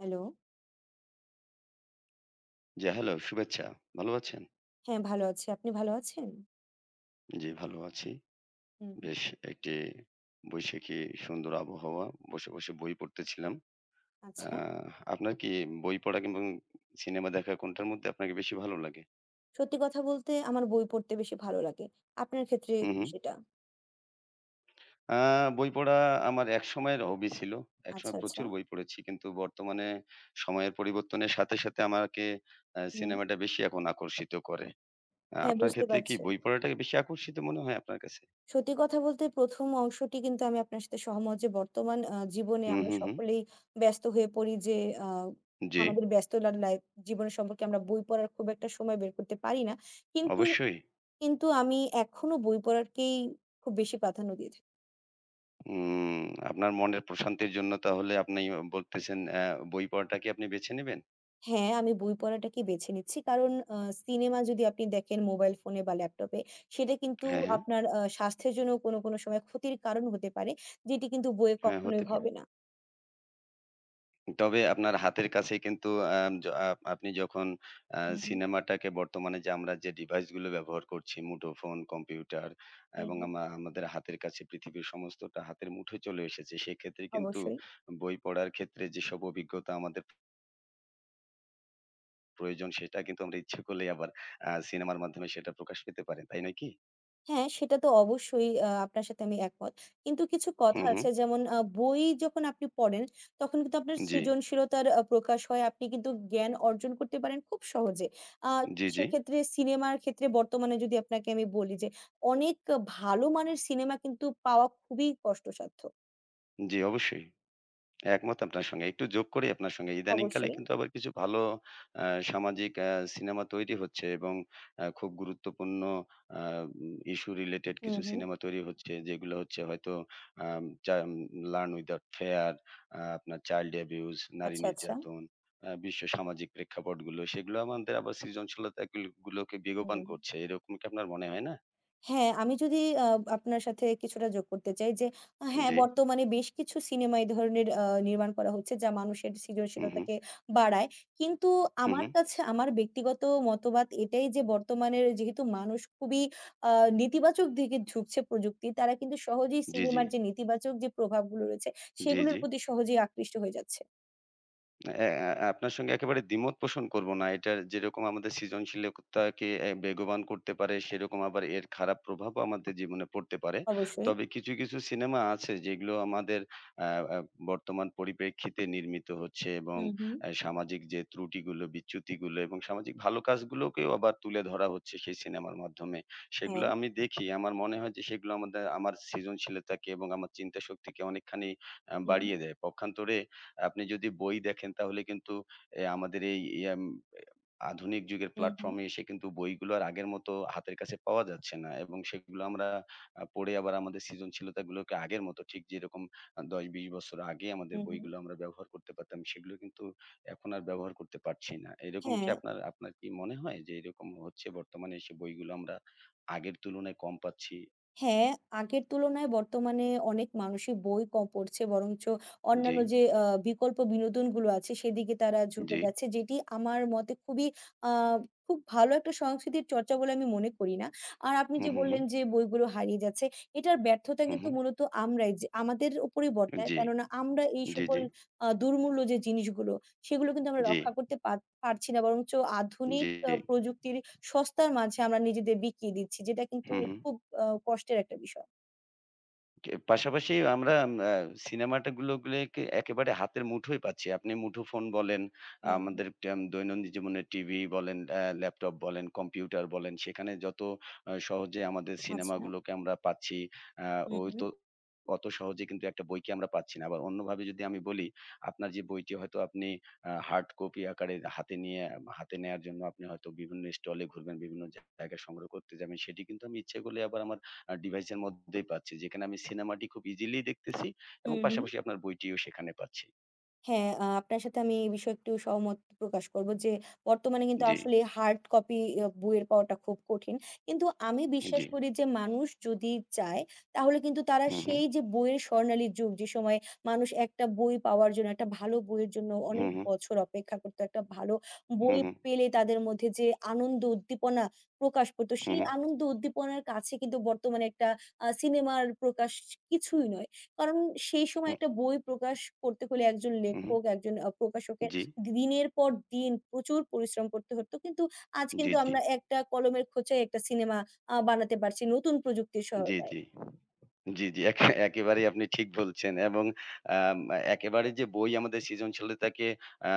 Hello. জি, hello, শুভেচ্ছা। ভালো আছেন? হ্যাঁ, ভালো আছি। আপনি ভালো আছেন? জি, ভালো আছি। হুম, হুম। বেশ একটি বৈশাখী সুন্দর আবহাওয়া। বসে বই পড়তেছিলাম। আ আচ্ছা। আপনার কি বই পড়া কিংবা সিনেমা দেখা কোনটার মধ্যে আপনাকে বেশি ভালো লাগে? সত্যি কথা বলতে আমার বই পড়তে বেশি ভালো লাগে। আপনার ক্ষেত্রে হুম, কি হুম। সেটা? আ বই পড়া আমার একসময়ের হবি ছিল। আচ্ছা, একসময় আচ্ছা। প্রচুর বই পড়েছি। কিন্তু বর্তমানে সময়ের পরিবর্তনের সাথে আমাকে হুম। সিনেমাটা বেশি এখন আকর্ষিত করে। হ্যাঁ, আপনার বুঝতে ক্ষেত্রে কি পারছি। বই পড়াটাকে বেশি আকর্ষিত মনে হয় আপনার কাছে? সত্যি কথা বলতে ১ম অংশটি কিন্তু আমি আপনার সাথে সহমত যে বর্তমান জীবনে হুম, আমরা হুম, হুম। সকলেই ব্যস্ত হয়ে পড়ি যে আ জি, আমাদের ব্যস্ততার লাইফ জীবন সম্পর্কে আমরা বই পড়ার খুব একটা সময় বের করতে পারি না। কিন্তু অবশ্যই। কিন্তু আমি এখনো বই পড়ারকেই খুব বেশি প্রাধান্য দিয়ে থাকি। হুম, আপনার মনের প্রশান্তির জন্য তাহলে আপনি বলতেছেন বই পড়াটা কি আপনি বেছে নেবেন? হ্যাঁ, আমি বই পড়াটাকে বেছে নিচ্ছি। কারণ সিনেমা যদি আপনি দেখেন মোবাইল ফোনে বা ল্যাপটপে, সেটা কিন্তু হ্যাঁ। আপনার স্বাস্থ্যের জন্য কোন, কোন সময় ক্ষতির কারণ হতে পারে। যেটি কিন্তু বইয়ে হ্যাঁ, হতে কখনোই পারে। হবে না। তবে আপনার হাতের কাছেই কিন্তু আম য আপ আপনি যখন আ হু, হু, সিনেমাটাকে বর্তমানে যে ডিভাইসগুলো ব্যবহার করছি মুঠোফোন, কম্পিউটার হু, এবং হু। আমাদের হাতের কাছে পৃথিবীর সমস্তটা হাতের মুঠোয় চলে এসেছে। সেক্ষেত্রে কিন্তু অবশ্যই। বই পড়ার ক্ষেত্রে যেসব অভিজ্ঞতা আমাদের প্রয়োজন সেটা কিন্তু আমরা ইচ্ছে করলেই আবার সিনেমার মাধ্যমে সেটা প্রকাশ পেতে পারে। তাই নয় কি? হ্যাঁ, সেটা তো অবশ্যই আপনার সাথে আমি একমত। কিন্তু কিছু কথা হুম। আছে যেমন বই যখন আপনি পড়েন, তখন কিন্তু আপনার জি। সৃজনশীলতার প্রকাশ হয়। আপনি কিন্তু জ্ঞান অর্জন করতে পারেন খুব সহজে। আ জি। সেক্ষেত্রে সিনেমার ক্ষেত্রে বর্তমানে যদি আপনাকে আমি বলি যে, অনেক ভালো মানের সিনেমা কিন্তু পাওয়া খুবই কষ্টসাধ্য। জি, অবশ্যই। একমত আপনার সঙ্গে। একটু যোগ করি আপনার সঙ্গে। ইদানিংকালে অবশ্যই। কিন্তু আবার কিছু ভালো আ সামাজিক সিনেমা তৈরি হচ্ছে এবং খুব গুরুত্বপূর্ণ আ উম issue related হুম, কিছু হুম। সিনেমা তৈরি হচ্ছে। যেগুলো হচ্ছে হয়তো আম চা Learn Without Fear, আপনার Child Abuse, নারী আচ্ছা, আচ্ছা। নির্যাতন, বিশ্ব সামাজিক প্রেক্ষাপটগুলো সেগুলো আমাদের আবার সৃজনশীলতা গুলোকে বেগবান হুম। করছে। এরকম কি আপনার মনে হয় না? হ্যাঁ, আমি যদি আ আপনার সাথে কিছুটা যোগ করতে চাই যে, হ্যাঁ, জি। বর্তমানে বেশ কিছু সিনেমা এই ধরনের নির্মাণ করা হচ্ছে যা মানুষের হু। সৃজনশীলতাকে বাড়ায়। কিন্তু হু। আমার কাছে আমার ব্যক্তিগত মতবাদ এটাই যে বর্তমানের যেহেতু মানুষ খুবই আ নেতিবাচক দিকে ঝুঁকছে প্রযুক্তির, তারা কিন্তু সহজেই জি। সিনেমার যে নেতিবাচক যে প্রভাবগুলো রয়েছে জি, সেগুলোর জি। প্রতি সহজেই আকৃষ্ট হয়ে যাচ্ছে। অ্যা অ্যা আপনার সঙ্গে একেবারে দ্বিমত পোষণ করব না। এটা যেরকম আমাদের সৃজনশীলতাকে বেগবান করতে পারে, সেরকম আবার এর খারাপ প্রভাবও আমাদের জীবনে পড়তে পারে। অবশ্যই। তবে কিছু সিনেমা আছে যেগুলো আমাদের আ আ বর্তমান পরিপ্রেক্ষিতে নির্মিত হচ্ছে এবং হুম, হুম। সামাজিক যে ত্রুটিগুলো, বিচ্যুতিগুলো এবং সামাজিক ভালো কাজগুলোকেও আবার তুলে ধরা হচ্ছে সেই সিনেমার মাধ্যমে। সেগুলো হ্যাঁ। আমি দেখি। আমার মনে হয় যে সেগুলো আমার সৃজনশীলতাকে এবং আমার চিন্তা শক্তিকে অনেকখানি হুম, বাড়িয়ে দেয়। পক্ষান্তরে আপনি যদি বই দেখেন তাহলে কিন্তু এ আমাদের এই ইয়াম আধুনিক যুগের হুম, হুম, প্ল্যাটফর্মে এসে কিন্তু বইগুলো আর আগের মতো হাতের কাছে পাওয়া যাচ্ছে না এবং সেগুলো আমরা পড়ে আবার আমাদের সৃজনশীলতাগুলোকে আগের মতো ঠিক যেরকম ১০-২০ বছর আগে আমাদের হুম, হুম। বইগুলো আমরা ব্যবহার করতে পারতাম, সেগুলো কিন্তু এখন আর ব্যবহার করতে পারছি না। এরকম কি হ্যাঁ। আপনার আপনার কি মনে হয় যে এরকম হচ্ছে বর্তমানে এসে বইগুলো আমরা আগের তুলনায় কম পাচ্ছি? হ্যাঁ, আগের তুলনায় বর্তমানে অনেক মানুষই বই কম পড়ছে বরঞ্চ জি, অন্যান্য যে বিকল্প বিনোদনগুলো আছে সেদিকে তারা ঝুঁকে জি। যাচ্ছে। যেটি আমার মতে খুবই আ খুব ভালো একটা সংস্কৃতির চর্চা বলে আমি মনে করি না। আর আপনি হু, যে হু, হু, বললেন যে বইগুলো হারিয়ে যাচ্ছে, এটার ব্যর্থতা হু। কিন্তু মূলত আমরাই যে আমাদের উপরেই বর্তায়। জি, কেননা আমরা এই জি, সকল জি, দুর্মূল্য যে জিনিসগুলো সেগুলো কিন্তু আমরা জি, রক্ষা করতে পার পারছি না বরঞ্চ আধুনিক জি। প্রযুক্তির সস্তার মাঝে আমরা নিজেদের বিকিয়ে দিচ্ছি। যেটা কিন্তু হুম। খুব কষ্টের একটা বিষয়। কে পাশাপাশি আমরা আ সিনেমাটা গুলোকে একেবারে হাতের মুঠোয় পাচ্ছি। আপনি মুঠোফোন বলেন, হুম, হুম। আমাদের দৈনন্দিন জীবনে টিভি বলেন, ল্যাপটপ বলেন, কম্পিউটার বলেন, সেখানে যত সহজে আমাদের আচ্ছা। সিনেমাগুলোকে আমরা পাচ্ছি, আ হুম, ওই হুম। তো অত সহজে কিন্তু একটা বইকে আমরা পাচ্ছি না। আবার অন্যভাবে যদি আমি বলি, আপনার যে বইটি হয়তো আপনি হার্ড কপি আকারে হাতে নিয়ে হাতে নেয়ার জন্য আপনি হয়তো বিভিন্ন স্টলে ঘুরবেন, বিভিন্ন জায়গায় সংগ্রহ করতে যাবেন। সেটি কিন্তু আমি ইচ্ছে করলে আবার আমার ডিভাইসের মধ্যেই পাচ্ছি। যেখানে আমি সিনেমাটি খুব ইজিলি দেখতেছি এবং হুম, হুম। পাশাপাশি আপনার বইটিও সেখানে পাচ্ছি। হ্যাঁ, আপনার সাথে আমি এই বিষয়ে একটু সহমত প্রকাশ করব যে, বর্তমানে কিন্তু জি, আসলে হার্ড কপি বইয়ের পাওয়াটা খুব কঠিন। কিন্তু আমি বিশ্বাস জি। করি যে মানুষ যদি চায়, তাহলে কিন্তু তারা হু, হু, সেই যে বইয়ের স্বর্ণালী যুগ, যে সময়ে মানুষ একটা বই পাওয়ার জন্য, একটা ভালো বইয়ের জন্য হু, অনেক হু, বছর অপেক্ষা করত। একটা ভালো হু, বই হু, পেলে তাদের মধ্যে যে আনন্দ উদ্দীপনা প্রকাশ করত, হু, সেই আনন্দ উদ্দীপনার কাছে কিন্তু বর্তমানে একটা সিনেমার প্রকাশ কিছুই নয়। কারণ সেই হু, সময় একটা বই প্রকাশ করতে হলে একজন হু, হু, লেখক, একজন প্রকাশকের জি, দিনের পর দিন প্রচুর পরিশ্রম করতে হতো। কিন্তু আজ জি, কিন্তু জি, আমরা একটা কলমের খোঁচায় একটা সিনেমা বানাতে পারছি নতুন প্রযুক্তির জি, সহায়তায়। জি। জি। একেবারেই আপনি ঠিক বলছেন এবং আম একেবারে যে বই আমাদের সৃজনশীলতাকে আ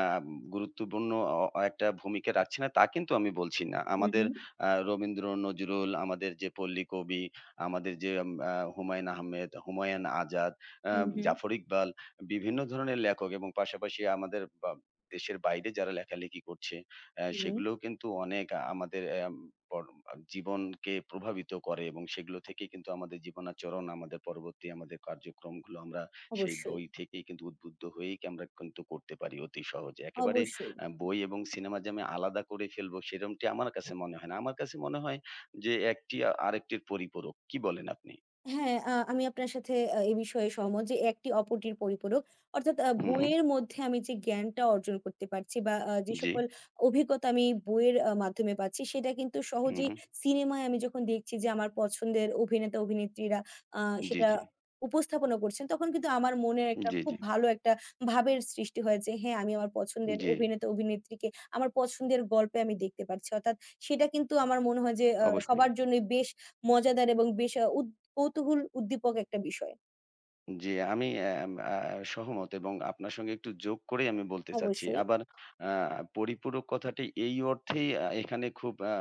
গুরুত্বপূর্ণ অ একটা ভূমিকা রাখছে না, তা কিন্তু আমি বলছি না। হু, হু। আমাদের রবীন্দ্র, নজরুল, আমাদের যে পল্লী কবি, আমাদের যে আম আ হুমায়ূন আহমেদ, হুমায়ুন আজাদ, আ হু, হু। জাফর ইকবাল বিভিন্ন ধরনের লেখক এবং পাশাপাশি আমাদের বা দেশের বাইরে যারা লেখালেখি করছে, হুম, সেগুলোও কিন্তু অনেক আমাদের পরম জীবনকে প্রভাবিত করে এবং সেগুলো থেকেই কিন্তু আমাদের জীবনাচরণ, আমাদের পরবর্তী আমাদের কার্যক্রমগুলো আমরা সেই অবশ্যই, বই থেকেই কিন্তু উদ্বুদ্ধ হয়েই কি আমরা কিন্তু করতে পারি অতি সহজে। একেবারে অবশ্যই। বই এবং সিনেমা যে আমি আলাদা করে ফেলবো সেরমটি আমার কাছে মনে হয় না। আমার কাছে মনে হয় যে একটি আরেকটির পরিপূরক। কি বলেন আপনি? হ্যাঁ, আমি আপনার সাথে এ বিষয়ে সহমত যে একটি অপরটির পরিপূরক। অর্থাৎ হু। বইয়ের মধ্যে আমি যে জ্ঞানটা অর্জন করতে পারছি বা যে জি। সকল অভিজ্ঞতা আমি বইয়ের মাধ্যমে পাচ্ছি সেটা কিন্তু হু, সহজেই হু। সিনেমায় আমি যখন দেখছি যে আমার পছন্দের অভিনেতা অভিনেত্রীরা আ জি, সেটা জি। উপস্থাপনা করছেন তখন কিন্তু আমার মনের একটা জি, খুব জি। ভালো একটা ভাবের সৃষ্টি হয় যে হ্যাঁ, আমি আমার পছন্দের জি, অভিনেতা অভিনেত্রীকে আমার পছন্দের গল্পে আমি দেখতে পারছি। অর্থাৎ সেটা কিন্তু আমার মনে হয় যে অবশ্যই। সবার জন্যই বেশ মজাদার এবং বেশ আ উদ কৌতূহল উদ্দীপক একটা বিষয়। জি, আমি এম আ সহমত এবং আপনার সঙ্গে একটু যোগ করেই আমি বলতে চাচ্ছি। অবশ্যই। আবার আ পরিপূরক কথাটি এই অর্থেই এখানে খুব আ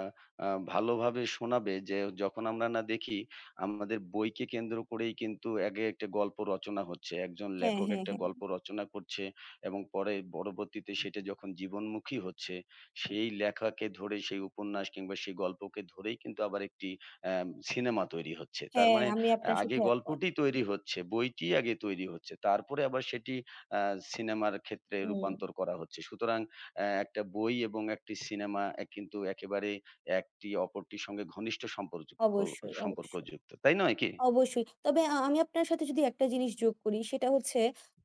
আ ভালোভাবে শোনাবে যে যখন আমরা না দেখি আমাদের বইকে কেন্দ্র করেই কিন্তু আগে একটা গল্প রচনা হচ্ছে। একজন হ্যাঁ, লেখক হ্যাঁ, একটা হ্যাঁ। গল্প রচনা করছে এবং পরবর্তীতে সেটা যখন জীবনমুখী হচ্ছে, সেই লেখাকে ধরে সেই উপন্যাস কিংবা সেই গল্পকে ধরেই কিন্তু আবার একটি সিনেমা তৈরি হচ্ছে। তার হ্যাঁ, মানে আমি আপনার আগে সাথে একমত। গল্পটি তৈরি হচ্ছে, বইটি আগে তৈরি হচ্ছে। তারপরে আবার সেটি আ সিনেমার ক্ষেত্রে হুম, রূপান্তর করা হচ্ছে। সুতরাং একটা বই এবং একটি সিনেমা কিন্তু একেবারে একটি অপরটির সঙ্গে ঘনিষ্ঠ অবশ্যই, অবশ্যই, সম্পর্কযুক্ত। তাই নয় কি? অবশ্যই। তবে আমি আপনার সাথে যদি একটা জিনিস যোগ করি সেটা হচ্ছে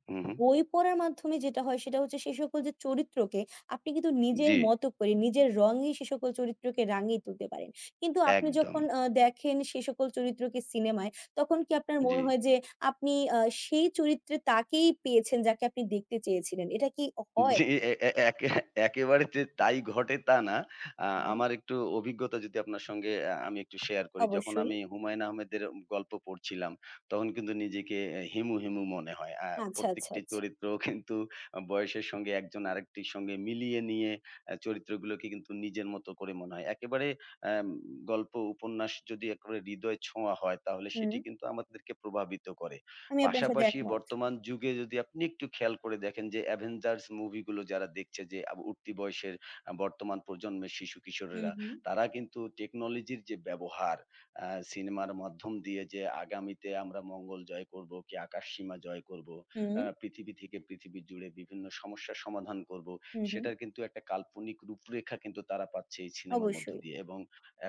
হু। বই পড়ার মাধ্যমে যেটা হয় সেটা হচ্ছে সে সকল যে চরিত্রকে আপনি কিন্তু নিজের জি, মতো করে নিজের রঙে সে সকল চরিত্রকে রাঙিয়ে তুলতে পারেন। কিন্তু আপনি একদম। যখন দেখেন সে সকল চরিত্রকে সিনেমায় তখন কি আপনার জি। মনে হয় যে আপনি সেই চরিত্রে তাকেই পেয়েছেন যাকে আপনি দেখতে চেয়েছিলেন। এটা কি হয়? জি, এ এ একে একেবারে যে তাই ঘটে তা না। আ হুম, আমার একটু অভিজ্ঞতা যদি আপনার সঙ্গে আমি একটু শেয়ার করি। যখন অবশ্যই। আমি হুমায়ূন আহমেদের গল্প পড়ছিলাম, তখন কিন্তু নিজেকে হিমু মনে হয়। আচ্ছা, আচ্ছা, প্রত্যেকটি আচ্ছা। চরিত্র কিন্তু বয়সের সঙ্গে একজন আরেকটির সঙ্গে মিলিয়ে নিয়ে চরিত্রগুলোকে কিন্তু নিজের মতো করে মনে হয়। একেবারে অ্যাম গল্প উপন্যাস যদি একেবারে হৃদয় ছোঁয়া হয়, তাহলে সেটি হুম। কিন্তু আমাদেরকে প্রভাবিত করে। আমি আপনার সাথে পাশাপাশি একমত। বর্তমান যুগে যদি আপনি একটু খেয়াল করে দেখেন যে অ্যাভেঞ্জার্স মুভিগুলো যারা দেখছে যে উঠতি বয়সের বর্তমান প্রজন্মের শিশু হুম, কিশোরেরা হুম। তারা কিন্তু টেকনোলজির যে ব্যবহার সিনেমার মাধ্যম দিয়ে যে আগামীতে আমরা মঙ্গল জয় করব কি আকাশ সীমা জয় করব, হুম, পৃথিবী থেকে পৃথিবী জুড়ে বিভিন্ন সমস্যার সমাধান করব হুম, হুম। সেটার কিন্তু একটা কাল্পনিক রূপরেখা কিন্তু তারা পাচ্ছে এই সিনেমার মধ্য অবশ্যই। দিয়ে এবং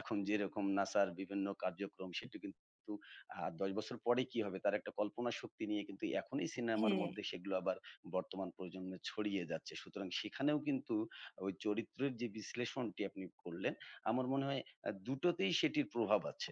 এখন যেরকম নাসার বিভিন্ন কার্যক্রম সেটি কিন্তু আর ১০ বছর পরে কি হবে তার একটা কল্পনা শক্তি নিয়ে কিন্তু এখনই সিনেমার হ্যাঁ। মধ্যে সেগুলো আবার বর্তমান প্রজন্মে ছড়িয়ে যাচ্ছে। সুতরাং সেখানেও কিন্তু ওই চরিত্রের যে বিশ্লেষণটি আপনি করলেন, আমার মনে হয় দুটোতেই সেটির প্রভাব আছে।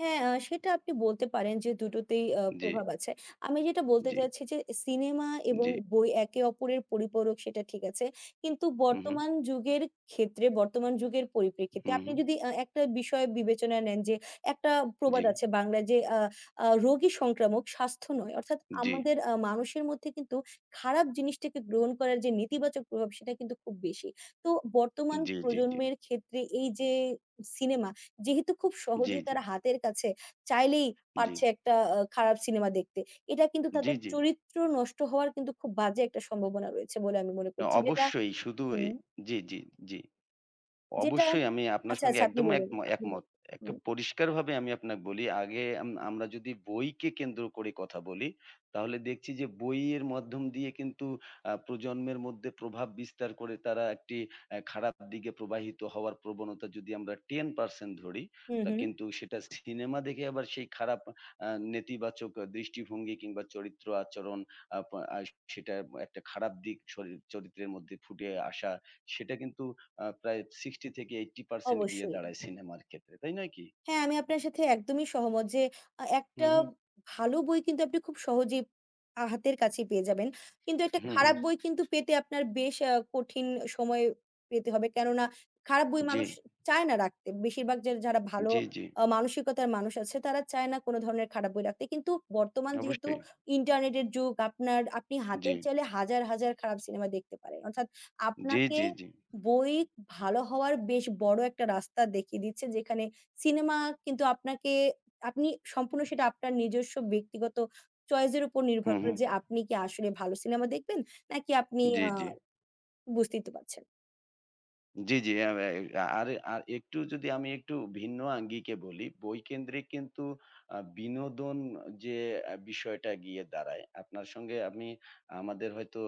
হ্যাঁ, সেটা আপনি বলতে পারেন যে দুটোতেই জি, প্রভাব আছে। আমি যেটা বলতে জি, চাচ্ছি যে সিনেমা এবং জি। বই একে অপরের পরিপূরক সেটা ঠিক আছে। কিন্তু হু, হু, বর্তমান যুগের ক্ষেত্রে, বর্তমান যুগের পরিপ্রেক্ষিতে হু, আপনি হু। যদি একটা বিষয় বিবেচনায় নেন যে একটা জি, প্রবাদ আছে বাংলায় যে আ আ "রোগী সংক্রামক, স্বাস্থ্য নয়।" অর্থাৎ জি, আমাদের মানুষের মধ্যে কিন্তু খারাপ জিনিসটাকে গ্রহণ করার যে নেতিবাচক প্রভাব সেটা কিন্তু খুব বেশি। তো বর্তমান জি, জি, জি, জি, প্রজন্মের ক্ষেত্রে এই যে সিনেমা যেহেতু খুব সহজেই জি, তারা হাতের কাছে চাইলেই জি, পারছে একটা খারাপ সিনেমা দেখতে। এটা কিন্তু জি, তাদের জি। চরিত্র নষ্ট হওয়ার কিন্তু খুব বাজে একটা সম্ভাবনা রয়েছে বলে আমি মনে করছি। যেটা অবশ্যই শুধু হুম, জি, জি, জি। যেটা অবশ্যই আমি আপনার আচ্ছা, সঙ্গে আচ্ছা আপনি একদম এক বলুন, আপনি একমত। বলুন। একটা হুম, পরিষ্কারভাবে আমি আপনাকে বলি, আগে আমরা যদি বইকে কেন্দ্র করে কথা বলি, তাহলে দেখছি যে বইয়ের মাধ্যম দিয়ে কিন্তু প্রজন্মের মধ্যে প্রভাব বিস্তার করে তারা একটি খারাপ দিকে প্রবাহিত হওয়ার প্রবণতা যদি আমরা 10% ধরি, হুম, তা হুম। কিন্তু সেটা সিনেমা দেখে আবার সেই খারাপ আ নেতিবাচক দৃষ্টিভঙ্গি কিংবা চরিত্র আচরণ আপ আ সেটা একটা খারাপ দিক শরীর চরিত্রের মধ্যে ফুটে আসা, সেটা কিন্তু প্রায় 60 থেকে 80% গিয়ে অবশ্যই। দাঁড়ায় সিনেমার ক্ষেত্রে। তাই নয় কি? হ্যাঁ, আমি আপনার সাথে একদমই সহমত যে হু, একটা হু, ভালো বই কিন্তু আপনি খুব সহজেই হাতের কাছে পেয়ে যাবেন। কিন্তু একটা হু, একদম। হু। খারাপ বই কিন্তু পেতে আপনার বেশ কঠিন সময় পেতে হবে। কেননা খারাপ বই জি, মানুষ চায় না রাখতে। বেশিরভাগ যে যারা ভালো জি। মানসিকতার মানুষ আছে তারা চায় না কোনো ধরনের খারাপ বই রাখতে। কিন্তু বর্তমান যেহেতু অবশ্যই। ইন্টারনেটের যুগ আপনার আপনি জি। হাতের চাইলে হাজার, হাজার খারাপ সিনেমা দেখতে পারেন। অর্থাৎ জি, আপনাকে জি, জি। বই ভালো হওয়ার বেশ বড় একটা রাস্তা দেখিয়ে দিচ্ছে যেখানে সিনেমা কিন্তু আপনাকে আপনি সম্পূর্ণ সেটা আপনার নিজস্ব ব্যক্তিগত চয়েস এর উপর হু, নির্ভর হু। করে যে আপনি কি আসলে ভালো সিনেমা দেখবেন নাকি আপনি জি, আ জি। বুঝতেই তো পারছেন। জি। আ আ আর আর একটু যদি আমি একটু ভিন্ন আঙ্গিকে বলি, বইকেন্দ্রিক কিন্তু বিনোদন যে বিষয়টা গিয়ে দাঁড়ায়, আপনার সঙ্গে আমাদের হয়তো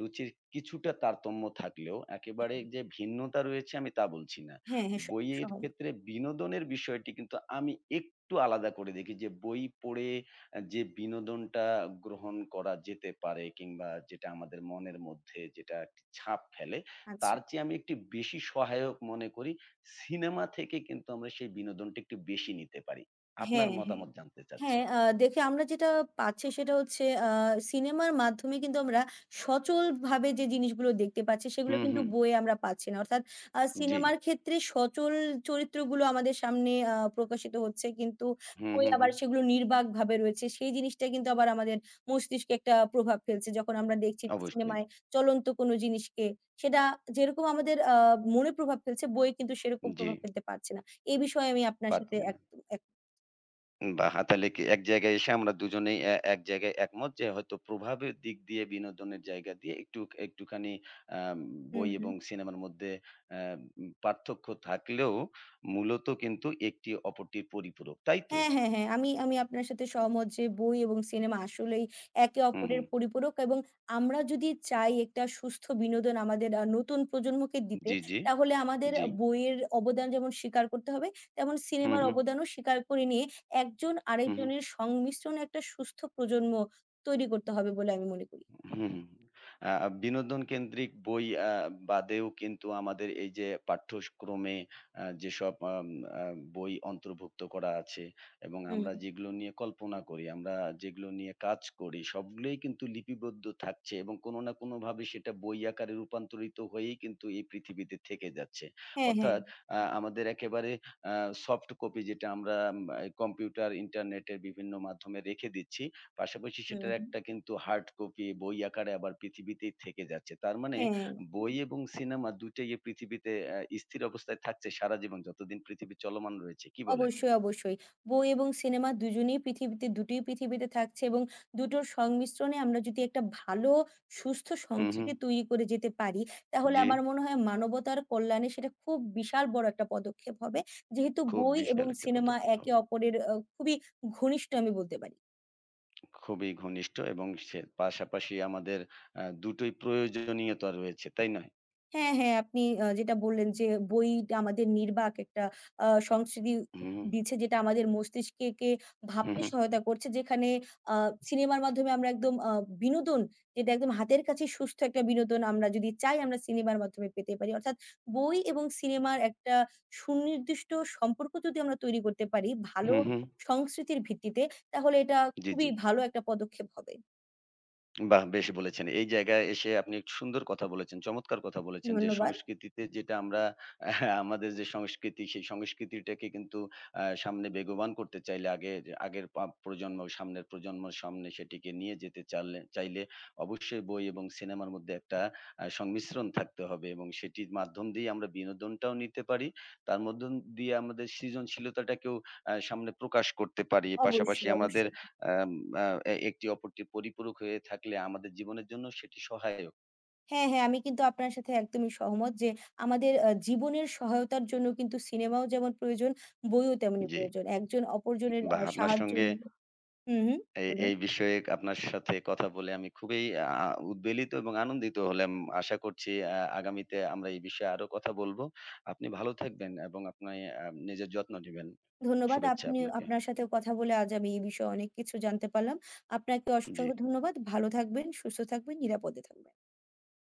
রুচির কিছুটা তারতম্য থাকলেও একেবারে যে ভিন্নতা রয়েছে আমি তা বলছি না। হ্যাঁ, হ্যাঁ, বইয়ের সহমত। ক্ষেত্রে বিনোদনের বিষয়টি কিন্তু আমি একটু আলাদা করে দেখি যে বই পড়ে যে বিনোদনটা গ্রহণ করা যেতে পারে কিংবা যেটা আমাদের মনের মধ্যে যেটা একটি ছাপ ফেলে আচ্ছা। তার চেয়ে আমি একটি বেশি সহায়ক মনে করি সিনেমা থেকে কিন্তু আমরা সেই বিনোদনটা একটু বেশি নিতে পারি। আপনার হ্যাঁ, হ্যাঁ। মতামত জানতে চাচ্ছি। হ্যাঁ, দেখে আমরা যেটা পাচ্ছি সেটা হচ্ছে সিনেমার মাধ্যমে কিন্তু আমরা সচলভাবে যে জিনিসগুলো দেখতে পাচ্ছি সেগুলো হুম, কিন্তু হুম। বইয়ে আমরা পাচ্ছি না। অর্থাৎ জি। সিনেমার ক্ষেত্রে সচল চরিত্রগুলো আমাদের সামনে প্রকাশিত হচ্ছে। কিন্তু হুম, বইয়ে হুম, আবার হুম। সেগুলো নির্বাকভাবে রয়েছে। সেই জিনিসটা কিন্তু আবার আমাদের মস্তিষ্কে একটা প্রভাব ফেলছে। যখন আমরা দেখছি অবশ্যই। সিনেমায় চলন্ত কোনো জিনিসকে সেটা যেরকম আমাদের মনে প্রভাব ফেলছে বইয়ে কিন্তু সেরকম জি, প্রভাব ফেলতে পারছে না। এ বিষয়ে আমি আপনার সাথে পারছে না। এক এক বাহ! তাহলে কি এক জায়গায় এসে আমরা দুজনেই এক জায়গায় একমত যে হয়তো প্রভাবের দিক দিয়ে বিনোদনের জায়গা দিয়ে একটু একটুখানি আম বই হুম, হুম। এবং সিনেমার মধ্যে আ উম পার্থক্য থাকলেও মূলত কিন্তু একটি অপরটির পরিপূরক। তাই তো? হ্যাঁ, হ্যাঁ, হ্যাঁ। আমি আমি আপনার সাথে সহমত যে বই এবং সিনেমা আসলেই একে হুম, অপরের হুম। পরিপূরক এবং আমরা যদি চাই একটা সুস্থ বিনোদন আমাদের নতুন প্রজন্মকে দিতে, জি, জি, তাহলে আমাদের জি। বইয়ের অবদান যেমন স্বীকার করতে হবে, তেমন হুম, সিনেমার হুম। অবদানও স্বীকার করে নিয়ে একজন হুম, হুম, আরেকজনের সংমিশ্রণে একটা সুস্থ প্রজন্ম তৈরি করতে হবে বলে আমি মনে করি। হুম। আ বিনোদন কেন্দ্রিক বই বাদেও কিন্তু আমাদের এই যে পাঠ্যক্রমে আ যেসব আম আ বই অন্তর্ভুক্ত করা আছে এবং হুম, আমরা যেগুলো নিয়ে কল্পনা করি, আমরা যেগুলো নিয়ে কাজ করি সবগুলোই কিন্তু লিপিবদ্ধ থাকছে এবং কোনো না কোনোভাবে সেটা বই আকারে রূপান্তরিত হয়েই কিন্তু এই পৃথিবীতে থেকে যাচ্ছে। হ্যাঁ, হ্যাঁ। অর্থাৎ আমাদের একেবারে আ সফট কপি যেটা আমরা কম্পিউটার, ইন্টারনেটের বিভিন্ন মাধ্যমে রেখে দিচ্ছি পাশাপাশি হুম, সেটার হুম। একটা কিন্তু হার্ড কপি বই আকারে আবার পৃথিবীতেই থেকে যাচ্ছে। তার মানে হ্যাঁ। বই এবং সিনেমা ২ টাই এই পৃথিবীতে স্থির অবস্থায় থাকছে সারা জীবন যতদিন পৃথিবী চলমান রয়েছে। কি বলেন? অবশ্যই, অবশ্যই। বই এবং সিনেমা দুজনেই পৃথিবীতে দুটোই পৃথিবীতে থাকছে এবং দুটোর সংমিশ্রণে আমরা যদি একটা ভালো সুস্থ হুম। সংস্কৃতি তৈরি করে যেতে পারি, তাহলে জি। আমার মনে হয় মানবতার কল্যাণে সেটা খুব বিশাল বড় একটা পদক্ষেপ হবে। যেহেতু খুব বই বিশাল এবং একটা সিনেমা পদক্ষেপ একে হবে। অপরের খুবই ঘনিষ্ঠ আমি বলতে পারি। খুবই ঘনিষ্ঠ এবং সে পাশাপাশি আমাদের দুটোই প্রয়োজনীয়তা রয়েছে। তাই নয়? হ্যাঁ, হ্যাঁ, আপনি যেটা বললেন যে বইটা আমাদের নির্বাক একটা সংস্কৃতি হুম, হুম, দিচ্ছে যেটা আমাদের মস্তিষ্ককে হুম, ভাবতে হুম, সহায়তা করছে। যেখানে আ সিনেমার মাধ্যমে আমরা একদম বিনোদন যেটা একদম হাতের কাছে সুস্থ একটা বিনোদন আমরা যদি চাই আমরা সিনেমার মাধ্যমে পেতে পারি। অর্থাৎ বই এবং সিনেমার একটা সুনির্দিষ্ট সম্পর্ক যদি আমরা তৈরি করতে পারি ভালো হুম। হুম, সংস্কৃতির ভিত্তিতে তাহলে এটা জি, খুবই জি। ভালো একটা পদক্ষেপ হবে। বাহ! বেশ বলেছেন। এই জায়গায় এসে আপনি একটু সুন্দর কথা বলেছেন, চমৎকার কথা বলেছেন যে ধন্যবাদ। সংস্কৃতিতে যেটা আমরা আহ, আমাদের যে সংস্কৃতি, সেই সংস্কৃতিটাকে কিন্তু সামনে বেগবান করতে চাইলে আগের আগের পা প্রজন্ম, সামনের প্রজন্মের সামনে সেটিকে নিয়ে যেতে চালে চাইলে অবশ্যই বই এবং সিনেমার মধ্যে একটা সংমিশ্রণ থাকতে হবে এবং সেটির মাধ্যম দিয়ে আমরা বিনোদনটাও নিতে পারি। তার মধ্য দিয়ে আমাদের সৃজনশীলতাটাকেও সামনে প্রকাশ করতে পারি। পাশাপাশি অবশ্যই, আমাদের অবশ্যই। আম আ এ একটি অপরটির পরিপূরক হয়ে থাকলে আমাদের জীবনের জন্য সেটি সহায়ক। হ্যাঁ, হ্যাঁ, আমি কিন্তু আপনার সাথে একদমই সহমত যে আমাদের জীবনের সহায়তার জন্য কিন্তু সিনেমাও যেমন প্রয়োজন, বইও তেমনি জি, প্রয়োজন। একজন অপরজনের বাহ! আপনার সাহায্য সঙ্গে নিয়ে হুম, হুম, এই বলুন। এই বিষয়ে আপনার সাথে কথা বলে আমি খুবই আ উদ্বেলিত এবং আনন্দিত হলাম। আশা করছি আগামীতে আমরা এই বিষয়ে আরো কথা বলব। আপনি ভালো থাকবেন এবং আপনি নিজের যত্ন নিবেন। ধন্যবাদ। শুভেচ্ছা আপনি আপনাকে। আপনার সাথেও কথা বলে আজ আমি এই বিষয়ে অনেক কিছু জানতে পারলাম। আপনাকে জি। অসংখ্য ধন্যবাদ। ভালো থাকবেন, সুস্থ থাকবেন, নিরাপদে থাকবেন।